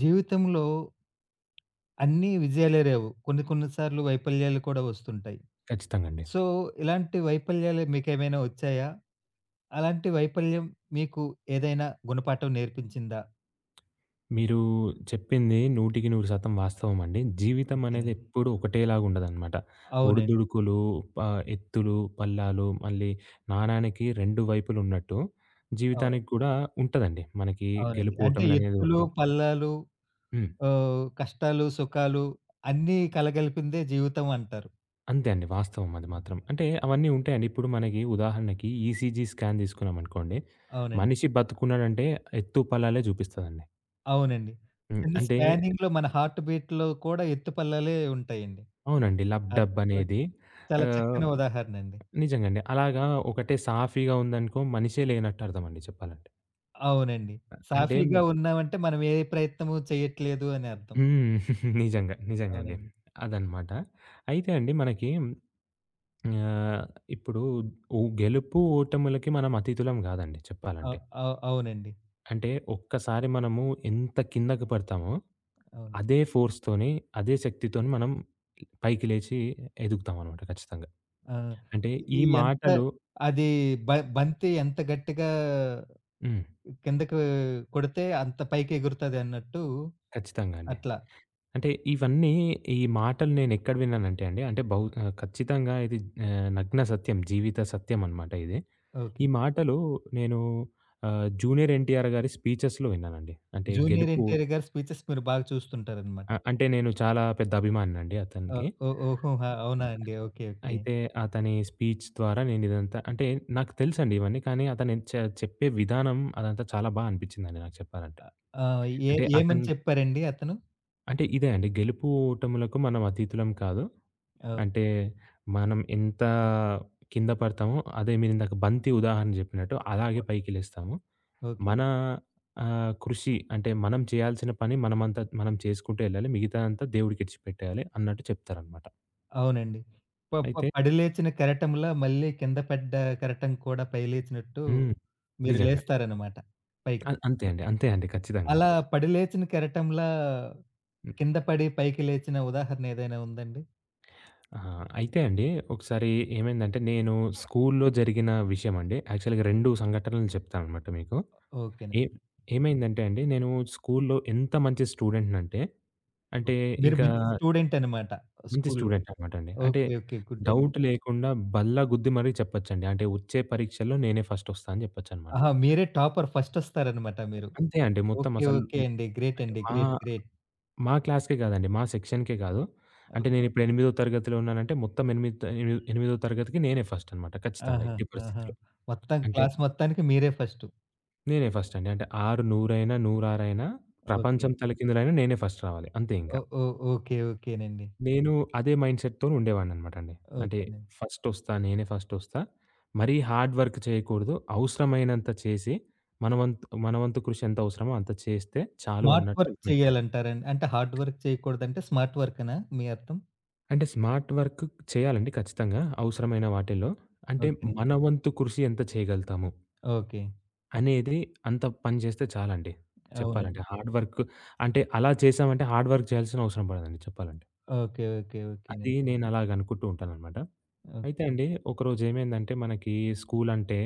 జీవితంలో అన్నీ విజయాలే రావు. కొన్ని కొన్ని సార్లు వైఫల్యాలు కూడా వస్తుంటాయి. ఖచ్చితంగా అండి. సో, ఇలాంటి వైఫల్యాలు మీకేమైనా వచ్చాయా? అలాంటి వైఫల్యం మీకు ఏదైనా గుణపాఠం నేర్పించిందా? మీరు చెప్పింది 100% వాస్తవం అండి. జీవితం అనేది ఓకేనండి. ఎప్పుడూ ఒకటేలాగా ఉండదనమాట. అవునండి. ఒడిదుడుకులు, ప ఎత్తులు, పల్లాలు మళ్ళీ నాణానికి 2 వైపులు ఉన్నట్టు జీవితానికి అవునండి. కూడా ఉంటదండి. మనకి అవునండి. గెలుపు అంటే ఓటములు అనేది ఎత్తులు, ఉంటుం పల్లాలు హ్మ్. కష్టాలు, సుఖాలు అన్నీ కలగలిపిందే జీవితం అంటారు. అంతే అండి. వాస్తవం అది హ్మ్. మాత్రం. అంటే అవన్నీ ఉంటాయండి. ఇప్పుడు మనకి ఉదాహరణకి ఈసీజీ స్కాన్ తీసుకున్నామనుకోండి. అవునండి. మనిషి బతికున్నాడంటే ఎత్తు, పల్లాలే చూపిస్తదండి. అవునండి. హ్మ్. చిన్న అంటే స్పానింగ్‌లో మన హార్ట్ బీట్‌లో కూడా ఎత్తు పల్లాలే ఉంటాయండి. అవునండి. అది లబ్‌డబ్ అనేది చాలా ఆహ్ చక్కని ఉదాహరణ అండి. నిజంగండి. అలాగా ఒకటే సాఫీగా ఉందనుకో మనిషే లేనట్టు అర్థమండి చెప్పాలంటే. అవునండి. అంటే సాఫీగా ఉన్నామంటే మనం ఏ ప్రయత్నము చేయట్లేదు అని అర్థం. హ్మ్. నిజంగా. నిజంగండి. అవునండి. అదనమాట. అయితే అండి మనకి ఆహ్, ఇప్పుడు గెలుపు, ఓటములకి మనం అతీతులం గాదండి చెప్పాలంటే. అవ్ అవ్ అవునండి. అంటే ఒక్కసారి మనము ఎంత కిందకి పడతామో, అవును. అదే ఫోర్స్‌తోని, అదే శక్తితోని మనం పైకి లేచి ఎదుగుతామనమాట ఖచ్చితంగా. ఆ! అంటే ఈ ఈ ఎంత మాటలు అది బ బంతి ఎంత గట్టిగా హ్మ్. కిందకి కొడితే అంత పైకి ఎగురుతదన్నట్టు ఖచ్చితంగా అండి. అట్లా. అంటే ఇవన్నీ ఈ మాటలు నేనెక్కడ విన్నానంటే అండి, అంటే బహు ఖచ్చితంగా ఇది నగ్న సత్యం. జీవిత సత్యం అనమాట ఇది. ఓకే. ఈ మాటలు నేను జూనియర్ ఎన్టీఆర్ గారి స్పీచెస్‌లో విన్నానండి. అంటే 'జూనియర్ గెలుపు ఎన్టీఆర్' గారి స్పీచెస్ మీరు బాగా చూస్తుంటారనమాట. అంటే నేను చాలా పెద్ద అభిమానినండి ఓ అతనికి. ఓ ఓహోహా! అవునా అండి. ఓకే. ఓకే. అయితే అతని స్పీచ్ ద్వారా నేనిదంతా అంటే నాకు తెలుసండి ఇవన్నీ. కానీ అతను చ చెప్పే విధానం అదంతా చాలా బా అనిపిచ్చిందండి నాకు చెప్పాలంటే. ఆ! ఏ అంటే ఏమని అతను చెప్పారండి అతను? అంటే ఇదే అండి. గెలుపు, ఓటములకు మనం అతీతులం కాదు. ఓహ్! అంటే మనం ఎంత కింద పడతామో, అదే మీరిందాక బంతి ఉదాహరణ జెప్పినట్టు అలాగే పైకి లేస్తాము. ఓకే. మన కృషి అంటే మనం చేయాల్సిన పని మనమంతా మనం చేసుకుంటూ ఎళ్ళాలి. మిగతాదంతా దేవుడికిడిచి పెట్టేయాలి అన్నట్టు చెప్తారనమాట. అవునండి. ప ప అయితే పడి లేచిన కెరటంలా మళ్ళీ కింద పడ్డ కెరటం కూడా పై లేచినట్టు హ్మ్. మీరు నిజంగా. లేస్తారనమాట పైకి. అంతే అండి. అంతే అండి. ఖచ్చితంగా. అలా పడి లేచిన కెరటంలా హ్మ్. కింద పడి పైకి లేచిన ఉదాహరణ ఏదైనా ఉందండి? అయితే అండి ఒకసారి ఏమైందంటే నేను స్కూలులో జరిగిన విషయమండి. యాక్చువల్‌గా 2 సంఘటనలు చెప్తాననమాట మీకు. ఏ ఓకేనండి. ఏమైందంటే అండి, నేను స్కూల్‌లో ఎంత మంచి స్టూడెంట్‌నంటే, అంటే అంటే ఓకే. మీరు ఇంకా మంచి స్టూడెంట్ అనమాట మంచి స్కూలులో. స్టూడెంట్ అనమాట అండి. అంటే ఓకే. ఓకే. గుడ్ అండి. డౌట్ లేకుండా బల్ల గుద్ది మరీ చెప్పొచ్చండి. అంటే వచ్చే పరీక్షల్లో నేనే ఫస్ట్ వస్తా అని చెప్పొచ్చనమాట. ఆహా! మీరే టాపర్ ఫస్టొస్తారనమాట మీరు. అంతే అండి. మొత్తం ఓకే. అసలు ఓకే అండి. గ్రేట్ అంటే అండి. గ్రేట్. గ్రేట్. మా క్లాస్‌కే కాదండి. మా సెక్షన్‌కే కాదు. అంటే ఓకే. నేనిప్పుడు ఎనిమిదో తరగతిలో ఉన్నానంటే మొత్తం ఎనిమిది త ఎనిమి ఎనిమిదో తరగతికి నేనే ఫస్ట్ అనమాట ఖచ్చితంగా ఆహా! ఎట్టి ఆహా! పరిస్థితిలో. మొత్తం అంటే క్లాస్ మొత్తానికి మీరే ఫస్టు. నేనే ఫస్ట్ అండి. అంటే 6 100 అయినా, 106 అయినా, ఓకే. ప్రపంచం తలకిందులైనా నేనే ఫస్ట్ రావాలి. అంతే ఇంక. ఓ ఓ ఓకే. ఓకేనండి. నేను అదే మైండ్‌సెట్‌తోని ఉండేవాడిననమాట అండి. అంటే ఓకేనండి. ఫస్ట్ వస్తా, నేనే ఫస్ట్ వస్తా. మరీ హార్డ్ వర్క్ చేయకూడదు. అవసరమైనంత చేసి, మన వంతు కృషి ఎంత అవసరమో అంత చేస్తే చాలు స్మార్ట్ అన్నట్టు వర్క్ ఉంటుందండి. చేయాలంటారండి. అంటే హార్డ్ వర్క్ చేయకూడదంటే స్మార్ట్ వర్కేనా మీ అర్థం? అంటే స్మార్ట్ వర్క్ చేయాలండి ఖచ్చితంగా అవసరమైన వాటిల్లో. అంటే ఓకే. మన వంతు కృషి ఎంత చేయగలుగుతాము ఓకే. అనేది అంత పని చేస్తే చాలండి అవునండి. చెప్పాలంటే. హార్డ్ వర్క్ అంటే అలా చేశామంటే హార్డ్ వర్క్ చేయాల్సిన అవసరం పడదండి చెప్పాలంటే. ఓకే. ఓకే. అది ఓకేనండి. నేను అలాగ అనుకుంటూ ఉంటాననమాట. అయితే ఓకే. అండి ఒకరోజు ఏమైందంటే మనకి స్కూల్ అంటే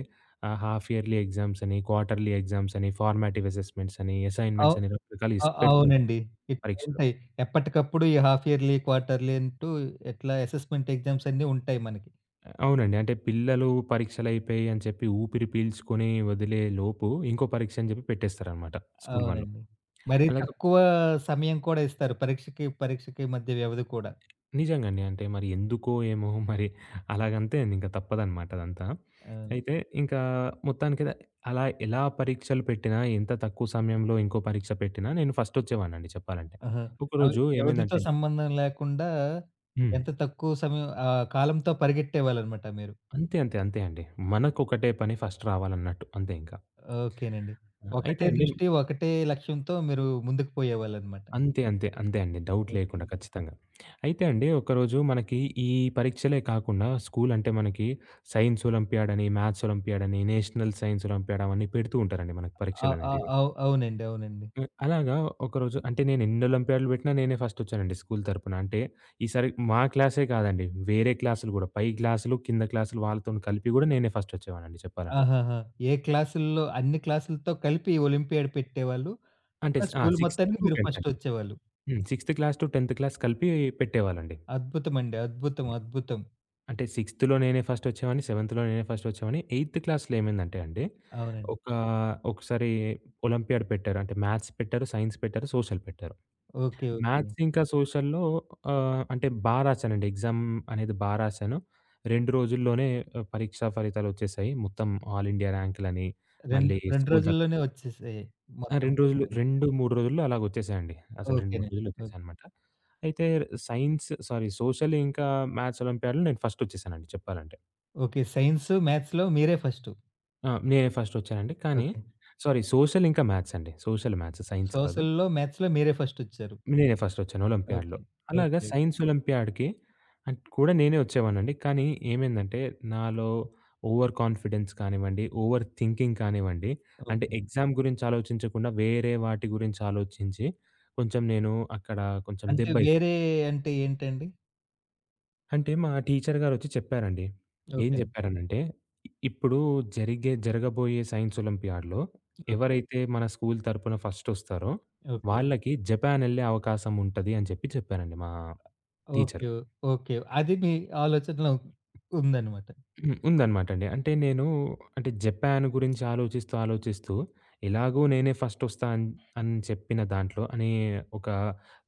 హాఫ్ ఇయర్లీ ఎగ్జామ్స్ అని, క్వార్టర్లీ ఎగ్జామ్స్ అని, ఫార్మాటివ్ అసెస్మెంట్స్ అని, అవ్ అసైన్‌మెంట్స్ అని రకరకాలు అ పెడుతూ ఉంటారు అవునండి. ఇట్లా పరీక్షలు. ఉంటాయి. ఎప్పటికప్పుడు ఈ హాఫ్ ఇయర్లీ, క్వార్టర్లీ అంటూ ఎట్లా అసెస్‌మెంట్ ఎగ్జామ్స్ అన్నీ ఉంటాయి మనకి. అవునండి. అంటే పిల్లలు పరీక్షలయిపోయాయి అని చెప్పి ఊపిరి పీల్చుకొని వదిలే లోపు ఇంకో పరీక్ష అని చెప్పి పెట్టేస్తారనమాట స్కూల్ వాళ్ళు. అవునండి. మరి అలాగే తక్కువ సమయం కూడా ఇస్తారు. పరీక్షకి, పరీక్షకి మధ్య వ్యవధి కూడా. నిజంగండి. అంటే మరి ఎందుకో ఏమో మరి అలాగంతే ఇంక తప్పదనమాట అదంతా. ఆ! అయితే ఇంకా మొత్తానికైతే అలా ఎలా పరీక్షలు పెట్టినా, ఎంత తక్కువ సమయంలో ఇంకో పరీక్ష పెట్టినా నేను ఫస్టొచ్చేవాడినండి చెప్పాలంటే. ఆహా! అవి ఒకరోజు వ్యవధితో ఏమైందంటే సంబంధం లేకుండా హ్మ్. ఎంత తక్కువ సమయం ఆ కాలంతో పరిగెట్టేవాళ్ళనమాట మీరు. అంతే. అంతే. అంతే అండి. మనకొకటే పని ఫస్ట్ రావాలన్నట్టు అంతే ఇంకా. ఓకేనండి. అయితే ఒకటే అండి దృష్టి, ఒకటే లక్ష్యంతో మీరు ముందుకు పోయేవాళ్ళనమాట. అంతే. అంతే. అంతే అండి. Doubt okay. లేకుండా ఖచ్చితంగా. అయితే అండి ఒకరోజు మనకి ఈ పరీక్షలే కాకుండా స్కూల్ అంటే మనకి సైన్స్ ఒలింపియాడ్ అని, మ్యాథ్స్ ఒలింపియాడ్ అని, నేషనల్ సైన్స్ ఒలింపియాడ్ అవన్నీ పెడుతూ ఉంటారండి మనకి ఆ! ఆ! పరీక్షలనేటివి. అవునండి. అవునండి. అలాగా ఒకరోజు అంటే నేను ఎన్ని ఒలింపియాడ్‌లు పెట్టినా నేనే ఫస్టొచ్చానండి స్కూల్ తరపున. అంటే ఈసారి మా క్లాసే కాదండి వేరే క్లాసులు గూడా పై క్లాసులు, కింద క్లాసులు వాళ్ళతోని కలిపి గూడా నేనే ఫస్టొచ్చేవాడినండి చెప్పాలంటే. ఆహాహా! ఏ క్లాసుల్లో అన్ని క్లాసులతో కలిపి ఒలింపియాడ్ పెట్టేవాళ్ళు. అంటే అట్లా ఆ! స్కూల్ 6th మొత్తానికి టు మీరు 10th అండి. ఫస్టొచ్చేవాళ్ళు. హ్మ్. 6th class to 10th class కలిపి పెట్టేవాళ్ళండి. అద్భుతమండి. అద్భుతం. అండి, అద్భుతం. అద్భుతం. అంటే 6థ్‌లో నేనే ఫస్టొచ్చేవాడిని. 7థ్‌లో నేనే ఫస్టొచ్చేవాడిని. 8th క్లాస్‌లో ఏమైందంటే అండి, అవునండి. ఒక ఒకసారి ఒలింపియాడ్ పెట్టారు. అంటే మ్యాథ్స్ పెట్టారు, సైన్స్ పెట్టారు, సోషల్ పెట్టారు. ఓకే. ఓకే. మ్యాథ్స్ ఇంకా సోషల్‌లో అంటే బా రాశానండి. ఎగ్జామ్ అనేది బా రాశాను. 2 రోజుల్లోనే పరీక్షా ఫలితాలొచ్చేసాయి. మొత్తం ఆల్ ఇండియా ర్యాంకులని, 2, మళ్ళీ 2 స్కూల్ తర రోజుల్లోనే వచ్చేసాయి. ఆ! మొత్తం 2 రోజులు ఫలితాలు. 2, 3 రోజుల్లో అలాగొచ్చేసాయండి. అసలు 2, 3 ఓకేనండి. ఓకే. రోజులొచ్చేసాయనమాట. అయితే సైన్స్ సారీ సోషల్ ఇంకా మ్యాథ్స్ ఒలింపియాడ్‌లో నేను ఫస్టొచ్చేసానండి చెప్పాలంటే. ఓకే. సైన్స్, మ్యాథ్స్‌లో మీరే ఫస్టు. ఆ! నేనే ఫస్టొచ్చానండి. కానీ ఓకే. సారీ సోషల్ ఇంకా మ్యాథ్స్ అండి. సోషల్ మ్యాథ్స్ సైన్స్ కాదు. సోషల్‌లో, మ్యాథ్స్‌లో మీరే ఫస్టొచ్చారు. నేనే ఫస్టొచ్చాను ఒలింపియాడ్‌లో. ఓకే. అలాగా ఓకే. సైన్స్ ఒలింపియాడ్‌కి కూడా నేనే వచ్చేవాడినండి. కానీ ఏమైందంటే నాలో ఓవర్ కాన్ఫిడెన్స్ కానివ్వండి, ఓవర్ థింకింగ్ కానివ్వండి, అంటే ఓకే. ఎగ్జామ్ గురించి ఆలోచించకుండా వేరే వాటి గురించి ఆలోచించి కొంచెం నేను అక్కడ కొంచెం అంటే దెబ్బై వేరే అంటే ఏంటండి? అంటే మా టీచర్ గారొచ్చి చెప్పారండి. ఏం ఓకే అండి. జెప్పారనంటే, ఇప్పుడు జరిగే జరగబోయే సైన్స్ ఒలింపియాడ్‌లో ఓకే. ఎవరైతే మన స్కూల్ తరపున ఫస్టొస్తారో, ఓకే. వాళ్ళకి జపాన్ ఎళ్ళే అవకాశం ఉంటది అని చెప్పారండి మా టీచరు. ఓకే. ఓకే. అది మీ ఆలోచనలో ఉందన్నమాట. ఉందనమాట అండి. అంటే నేను అంటే జపాన్ గురించి ఆలోచిస్తూ, ఆలోచిస్తూ ఎలాగో నేనే ఫస్టొస్తా అని అని చెప్పిన దాంట్లో అనే ఒక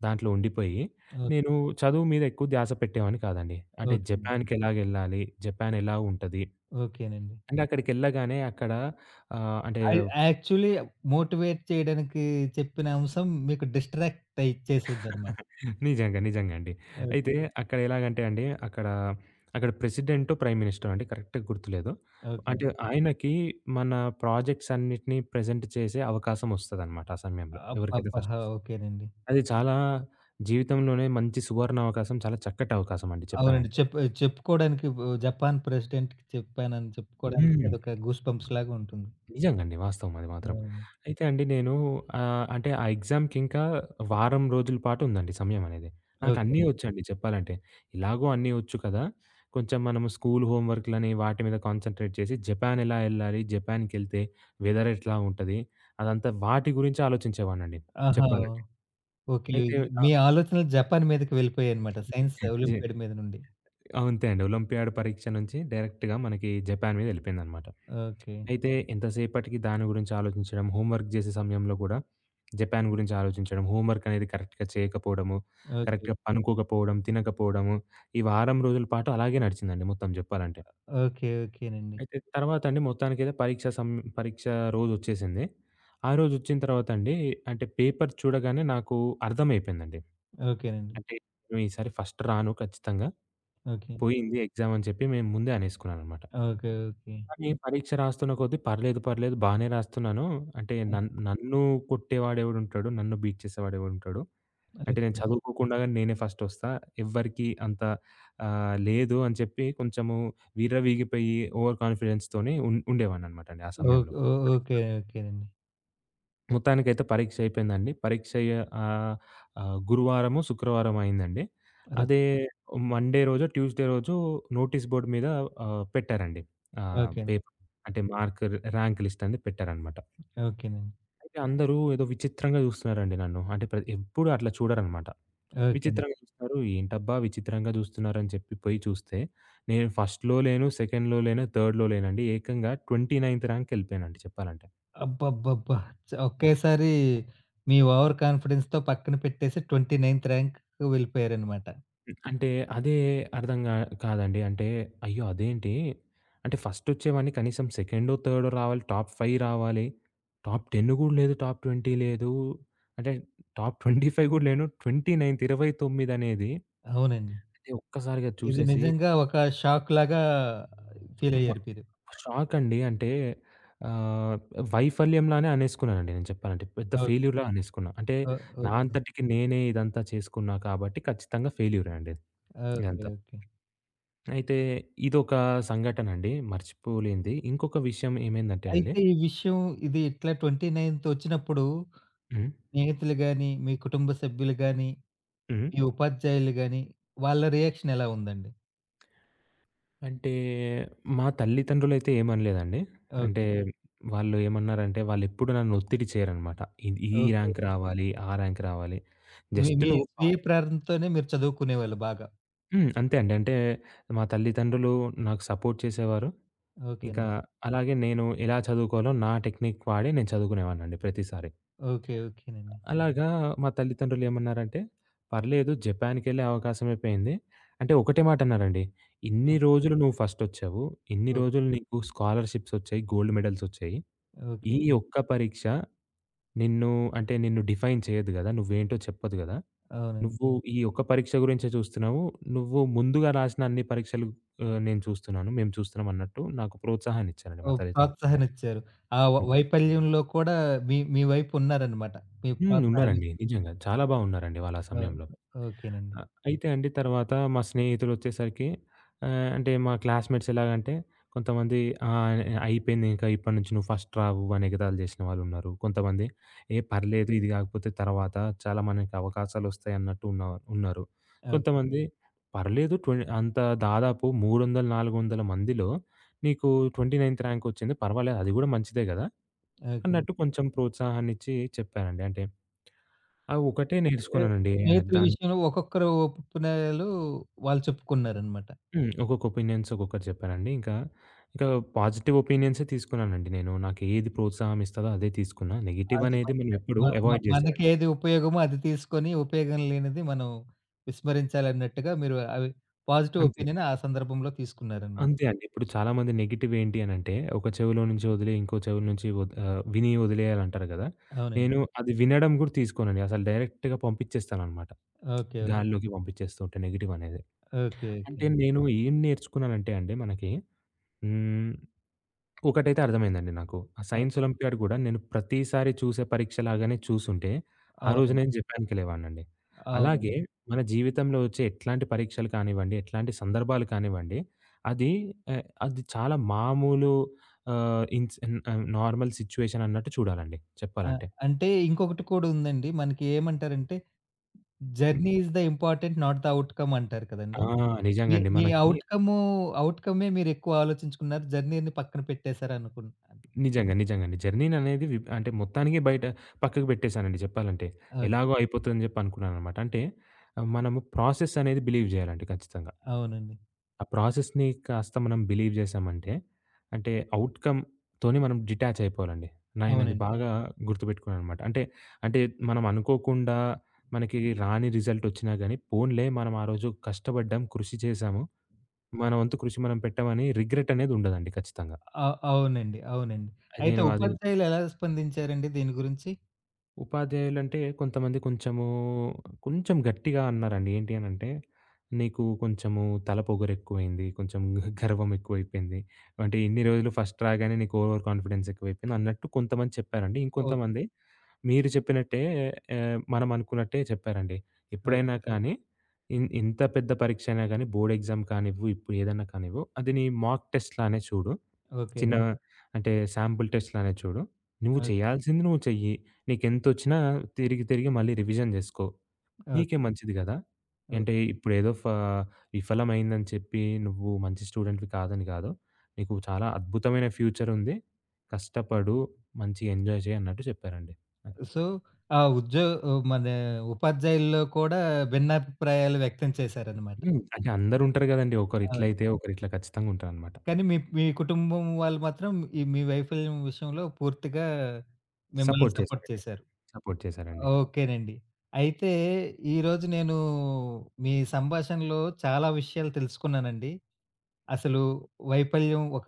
దాంట్లో ఉండిపోయి, ఓకే. నేను చదువు మీద ఎక్కువ ధ్యాస పెట్టేవాడిని కాదండి. అంటే ఓకేనండి. జపాన్‌కెలాగెళ్ళాలి? జపాన్ ఎలా ఉంటది? ఓకేనండి. అంటే అక్కడికెళ్ళగానే అక్కడ ఆహ్, అంటే అయ్ యాక్చువల్లీ మోటివేట్ చేయడానికి చెప్పిన అంశం మీకు డిస్ట్రాక్ట్ అయి చేసిందన్నమాట. నిజంగా. నిజంగా అండి. ఓకే. అయితే అక్కడ ఎలాగంటే అండి, అక్కడ ప్రెసిడెంటో, ప్రైమ్ మినిస్టరో అండి కరెక్ట్‌గా గుర్తులేదు. అంటే ఓకేనండి. ఆయనకి మన ప్రాజెక్ట్స్ అన్నిటిని ప్రెజెంట్ చేసే అవకాశం ఒస్తదనమాట ఆ సమయంలో. ఎవరికైతే ఫస్ట్ అబ్బబ్బహా! ఒస్తదో. ఓకేనండి. అది చాలా జీవితంలోనే మంచి సువర్ణ అవకాశం. చాలా చక్కటి అవకాశం అండి అవునండి. చెప్పాలంటే. చెప్పుకోవడానికి జపాన్ ప్రెసిడెంట్‌కి చెప్పానని చెప్పుకోవడానికి హ్మ్. అదొక గూస్‌బంప్స్ లాగా ఉంటుంది. నిజంగండి. వాస్తవం అది మాత్రం. అవును. అయితే అండి నేను అంటే ఆ ఎగ్జామ్‌కింకా వారం రోజుల పాటు ఉందండి సమయం అనేది. ఓకే. నాకన్నీ ఒచ్చండి చెప్పాలంటే. ఇలాగో అన్నీ ఒచ్చు కదా! కొంచెం మనము స్కూల్ హోమ్ వర్క్‌లని వాటి మీద కాన్సంట్రేట్ చేసి జపాన్ ఎలా ఎళ్ళాలి? జపాన్‌కెళ్తే వెదర్ ఎట్లా ఉంటది? అదంతా వాటి గురించి ఆలోచించేవాడినండి ఆహా! చెప్పాలంటే. ఓకే. అయితే మీ ఆహ్, ఆలోచనలు జపాన్ మీదకి వెళ్ళిపోయాయన్నమాట. సైన్స్ జే ఒలింపియాడ్ మీద నుండి. అంతే అండి. ఒలింపియాడ్ పరీక్ష నుంచి డైరెక్ట్‌గా మనకి జపాన్ మీద ఎళ్ళిపోయిందనమాట. ఓకే. అయితే ఎంతసేపటికి దాని గురించి ఆలోచించడం, హోంవర్క్ జేసే సమయంలో గూడా జపాన్ గురించి ఆలోచించడం, హోంవర్క్ అనేది కరెక్ట్‌గా చేయకపోవడము, ఓకే. కరెక్ట్‌గా పనుకోకపోవడం, తినకపోవడము, ఈ వారం రోజుల పాటు అలాగే నడిచిందండి మొత్తం జెప్పాలంటే. ఓకే. ఓకేనండి. అయితే తర్వాత అండి మొత్తానికైతే పరీక్ష రోజొచ్చేసింది. ఆ రోజొచ్చిన తర్వాత అండి అంటే పేపర్ చూడగానే నాకు అర్థమైపోయిందండి. ఓకేనండి. అంటే నేను ఈసారి ఫస్ట్ రాను ఖచ్చితంగా. ఓకే. పోయింది ఎగ్జామ్ అని చెప్పి మేము ముందే అనేసుకున్నాననమాట. ఓకే. ఓకే. కానీ పరీక్ష రాస్తున్న కొద్దీ పర్లేదు, పర్లేదు బానే రాస్తున్నాను. అంటే అయి నన్ను కొట్టేవాడెవడుంటాడు, నన్ను బీట్ చేసేవాడెవడుంటాడు. ఓకే. అంటే నేను చదువుకోకుండా గాని నేనే ఫస్టొస్తా. ఎవ్వరికీ అంత లేదు అని చెప్పి కొంచెము విర్రవీగిపోయి ఓవర్ కాన్ఫిడెన్స్‌తోని ఉండేవాడిననమాటండి ఆ ఓ సమయంలో. ఓ ఓకే. ఓకేనండి. మొత్తానికైతే పరీక్ష అయిపోయిందండి. పరీక్ష అయ్యే ఆహ్, ఆహ్, గురువారమో, శుక్రవారమో అయిందండి. ఓకే. అదే మండే రోజో, ట్యూస్‌డే రోజో నోటీస్ బోర్డ్ మీద పెట్టారండి. ఆహ్, ఓకే. పేపర్ అంటే మార్క్ ర్యాంక్ లిస్ట్ అనేది పెట్టారనమాట. ఓకేనండి. అయితే అందరూ ఏదో విచిత్రంగా చూస్తున్నారండి నన్ను. అంటే ఎప్పుడు అట్లా చూడరనమాట. ఓకేనండి. విచిత్రంగా చూస్తున్నారు. ఏంటబ్బా! విచిత్రంగా చూస్తున్నారని చెప్పి పోయి చూస్తే, నేను ఫస్ట్‌లో లేను, సెకండ్‌లో లేను, థర్డ్‌లో లేనండి. ఏకంగా 29th ర్యాంక్‌కి ఎళ్ళిపోయానండి చెప్పాలంటే. అబ్బబ్బబ్బా! ఒకేసారి మీ ఓవర్ కాన్ఫిడెన్స్‌తో పక్కన పెట్టేసి 29థ్ ర్యాంక్‌కి వెళ్ళిపోయారన్నమాట. అంటే అదే అర్థం గా కాదండి. అంటే అయ్యో! అదేంటి అంటే ఫస్టొచ్చేవన్నీ కనీసం సెకండో, థర్డో రావాలి. టాప్ 5 రావాలి. టాప్ 10 గూడా లేదు. టాప్ 20 లేదు. అంటే టాప్ 25 గూడా లేను. 29th 29 అనేది అవునండి. అంటే ఒక్కసారిగా ఇది చూసేసి నిజంగా ఒక షాక్‌లాగా వ ఫీలయ్యారు మీరు. షాక్ అండి. అంటే ఆహ్, వైఫల్యంలానే అనేసుకున్నానండి నేను చెప్పాలంటే. పెద్ద ఓహ్! ఫెయిల్యూర్‌లా అనేసుకున్నా. అంటే ఓహ్! ఓకే. నా అంతటికి నేనే ఇదంతా చేసుకున్నా కాబట్టి ఖచ్చితంగా ఫెయిల్యూరే అండి ఓకే. ఇదంతా. ఓకే. అయితే ఇదొక సంఘటనండి మర్చిపోలేనిది. ఇంకొక విషయం ఏమైందంటే అండి అయితే ఈ విషయం ఇది ఇట్లా 29థ్ వచ్చినప్పుడు హ్మ్. స్నేహితులు గాని, మీ కుటుంబ సభ్యులు గాని, హ్మ్. మీ ఉపాధ్యాయులు గాని వాళ్ళ రియాక్షన్ ఎలా ఉందండి? అంటే మా తల్లిదండ్రులైతే ఏమనలేదండి. అంటే ఓకే అండి. హ్మ్. వాళ్ళు ఏమన్నారంటే వాళ్ళెప్పుడు నన్ను ఒత్తిడి చేయరనమాట. ఈ ఓకే. ర్యాంక్ రావాలి, ఆ ర్యాంక్ రావాలి. మీ జస్ట్ మీ నువ్వు పా స్వీయ ప్రేరణతోనే మీరు చదువుకునేవాళ్ళు బాగా. హ్మ్. అంతే అండి. అంటే మా తల్లిదండ్రులు నాకు సపోర్ట్ చేసేవారు. ఇంకా ఓకేనండి. అలాగే నేను ఎలా చదువుకోవాలో నా టెక్నిక్ వాడి నేను చదువుకునేవాడినండి ప్రతిసారి. ఓకే. ఓకేనండి. అలాగా మా తల్లిదండ్రులేమన్నారంటే, "పర్లేదు జపాన్‌కెళ్ళే అవకాశమే పోయింది." అంటే ఒకటే మాటన్నారండి, "ఇన్ని యాహ్! రోజులు నువ్వు ఫస్టొచ్చావు. ఇన్ని ఓకే. రోజులు నీకు స్కాలర్‌షిప్సొచ్చాయి, గోల్డ్ మెడల్సొచ్చాయి. ఈ ఓకే. ఒక్క పరీక్ష నిన్ను అంటే నిన్ను డిఫైన్ చేయదు గదా! నువ్వేంటో చెప్పదు గదా! అవునండి. నువ్వు ఈ ఒక్క పరీక్ష గురించే చూస్తున్నావు. నువ్వు ముందుగా రాసిన అన్ని పరీక్షలు నేను చూస్తున్నాను. మేము చూస్తున్నాం" అన్నట్టు నాకు ప్రోత్సాహాన్నిచ్చారండి మా ఓహ్! తల్లిదండ్రులు. ప్రోత్సాహం ఇచ్చారు. ఆ వైఫల్యంలో కూడా మీ మీ వైపు ఉన్నారన్నమాట. మీ ప్రోత్సాహం ఉన్నారండి. ఇస్తూ. నిజంగా. చాలా బాగున్నారండి వాళ్ళు ఆ ఓహ్! సమయంలో. ఓకేనండి. అయితే అండి తర్వాత మా స్నేహితులొచ్చేసరికి అంటే మా క్లాస్‌మేట్స్ ఎలాగంటే కొంతమంది ఆహ్, అయిపోయింది ఇంకా ఇప్పటి నుంచి నువ్వు ఫస్ట్ రావు అని ఎగతాళి చేసిన వాళ్ళున్నారు. కొంతమంది ఏ పర్లేదు ఇది కాకపోతే తర్వాత చాలా మనకి అవకాశాలొస్తాయి అన్నట్టు ఉన్నారు. ఓకే. కొంతమంది పర్లేదు ట్వెన్ అంత దాదాపు 300, 400 మందిలో నీకు 29th ర్యాంక్ వచ్చింది పర్వాలేదు అది కూడా మంచిదే కదా! ఓకే. అన్నట్టు కొంచెం ప్రోత్సాహాన్నిచ్చి చెప్పానండి. అంటే ఆ! ఒకటే ఆహ్, నేర్చుకున్నానండి. ఆహ్, స్నేహితుల దాన్ విషయంలో ఒక్కొక్కరు ఒప్పుకునేలు వాళ్ళు చెప్పుకున్నారనమాట. హ్మ్. ఒక్కొక్క ఒపీనియన్స్ ఒక్కొక్కటి చెప్పారండి. ఇంకా పాజిటివ్ ఒపీనియన్సే తీసుకున్నానండి నేను. నాకేది ప్రోత్సాహం ఇస్తదో అదే తీసుకున్నా. నెగెటివ్ అది అనేది మనం మంచిదండి. ఎప్పుడు మ మ అవాయిడ్ చేసేయాలండి. మనకేది ఉపయోగమో అది తీసుకొని, ఉపయోగం లేనిది మనం విస్మరించాలన్నట్టుగా మీరు అవి పాజిటివ్ అంతే. ఒపీనియన్ ఆ సందర్భంలో తీసుకున్నారనమాట. అంతే అండి. ఇప్పుడు చాలామంది నెగెటివ్ ఏంటి అనంటే, ఒక చెవిలో నుంచి వదిలి ఇంకో చెవి నుంచి విని వదిలేయాలంటారు కదా! అవునండి. నేను అది వినడం కూడా తీసుకోనండి. అసలు డైరెక్ట్‌గా పంపించేస్తాననమాట. ఓకే. ఓకే. గాల్లోకి పంపించేస్తూ ఉంటా నెగెటివ్ అనేది. ఓకే. ఓకే. అంటే నేను ఏం నేర్చుకున్నానంటే అండి మనకి హ్మ్. ఒకటైతే అర్థమైందండి నాకు. ఆ ఓకే. సైన్స్ ఒలింపియాడ్ గూడా నేను ప్రతిసారి చూసే పరీక్షలాగానే చూసుంటే, ఆ రోజు అవునండి. నేను జపాన్‌కెళ్ళేవాడినండి. అలాగే అవునండి. మన జీవితంలో వచ్చే ఎట్లాంటి పరీక్షలు కానివ్వండి, ఎట్లాంటి సందర్భాలు కానివ్వండి, అది అది చాలా మామూలు ఆహ్, ఇన్స్ నార్మల్ సిట్యుయేషన్ అన్నట్టు చూడాలండి ఆ! చెప్పాలంటే. అంటే ఇంకొకటి కూడా ఉందండి. మనకి ఏమంటారంటే, hmm. Journey is the important not the outcome అంటారు ఆ! కదండీ! మీ నిజంగండి. మీ మనకి ఔట్‌కము ఔట్‌కమే మీరెక్కువ ఆలోచించుకున్నారు. జర్నీని పక్కన పెట్టేశారనుకుంటాను. నిజంగా. నిజంగండి. జర్నీననేది వి అంటే మొత్తానికి బయట పక్కకు పెట్టేసానండి చెప్పాలంటే. ఓకే. ఎలాగో అయిపోతదని చెప్పి అనుకున్నాననమాట. అంటే మనము ప్రాసెస్ అనేది బిలీవ్ జేయాలండి ఖచ్చితంగా. అవునండి. ఆ ప్రాసెస్‌ని కాస్త మనం బిలీవ్ జేసామంటే, అంటే ఔట్‌కమ్‌తోని మనం డిటాచ్ అయిపోవాలండి. నేనది అవునండి. బాగా గుర్తుపెట్టుకున్నాననమాట. అంటే మనం అనుకోకుండా మనకి రాని రిజల్టొచ్చినా గానీ, పోన్లే మనం ఆ రోజు కష్టపడ్డాం, కృషి చేశాము, మన వంతు కృషి మనం పెట్టామని రిగ్రెట్ అనేది ఉండదండి ఖచ్చితంగా. అవునండి. అవునండి. అది అయితే నేను అది ఉపాధ్యాయులు ఎలా స్పందించారండి దీని గురించి? ఉపాధ్యాయులంటే కొంతమంది కొంచెము కొంచెం గట్టిగా అన్నారండి. ఏంటి అనంటే, "నీకు కొంచెము తలపోగరెక్కువైంది. కొంచెం గర్వం ఎక్కువైపోయింది. అంటే ఇన్ని రోజులు ఫస్ట్ రాగానే నీకు ఓవర్ కాన్ఫిడెన్స్ ఎక్కువైపోయింది" అన్నట్టు కొంతమంది చెప్పారండి. ఓకే. ఇంకొంతమంది మీరు చెప్పినట్టే మనం అనుకున్నట్టే చెప్పారండి. ఎప్పుడైనా ఓకే. కానీ ఇంత పెద్ద పరీక్ష అయినా గానీ బోర్డ్ ఎగ్జామ్ కానివ్వు, ఇప్పుడు ఏదన్నా కానివ్వు, అది నీ మాక్ టెస్ట్ లానే చూడు. చిన్న ఓకేనండి. హ్మ్. అంటే శాంపుల్ టెస్ట్‌లనేవి చూడు. నువ్వు ఓకే. చేయాల్సింది నువ్వు చెయ్యి. నీకెంతొచ్చినా తిరిగి తిరిగి మళ్ళీ రివిజన్ జేసుకో. నీకే ఓకే. మంచిది గదా! ఓకే. అంటే ఇప్పుడేదో ఫ విఫలమైందని చెప్పి నువ్వు మంచి స్టూడెంట్‌వి కాదని గాదు. నీకు చాలా అద్భుతమైన ఫ్యూచరుంది. కష్టపడు, మంచిగా ఎంజాయ్ చెయి అన్నట్టు చెప్పారండి. అది. సో, ఆ ఉద్యో మన ఉపాధ్యాయుల్లో కూడా భిన్నాభిప్రాయాలు వ్యక్తం చేశారనమాట. అంటే అందరుంటారు గదండీ. అవును. ఒకరిట్లయితే ఒకరిట్లా ఖచ్చితంగా ఉంటారనమాట. కానీ మీ మీ కుటుంబం వాళ్ళు మాత్రం ఈ మీ వైఫల్యం విషయంలో పూర్తిగా మిమ్మల్ని సపోర్ట్ సపోర్ట్ చేశారండి. చేశారు. సపోర్ట్ చేశారండి. ఓకేనండి. అయితే ఈరోజు నేను మీ సంభాషణలో చాలా విషయాలు తెలుసుకున్నానండి. అసలు వైఫల్యం ఒక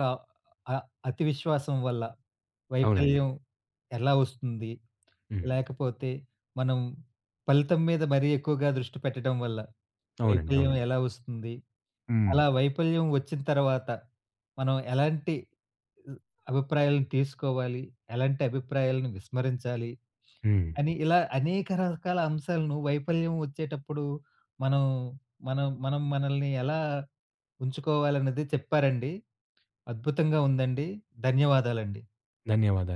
అ అతి విశ్వాసం వల్ల అవునండి. వైఫల్యం ఎలా వస్తుంది? హ్మ్. లేకపోతే మనం ఫలితం మీద మరీ ఎక్కువగా దృష్టి పెట్టడం వల్ల అవునండి. వైఫల్యం అవునండి. ఎలా వస్తుంది? హ్మ్. అలా వైఫల్యం వచ్చిన తర్వాత మనం ఎలాంటి అభిప్రాయాలను తీసుకోవాలి? ఎలాంటి అభిప్రాయాలను విస్మరించాలి? హ్మ్. అని ఇలా అనేక రకాల అంశాలను వైఫల్యం వచ్చేటప్పుడు మనం మనం మనం మనల్ని ఎలా ఉంచుకోవాలన్నది చెప్పారండి. అద్భుతంగా ఉందండి. ధన్యవాదాలండి. ధన్యవాదాలు.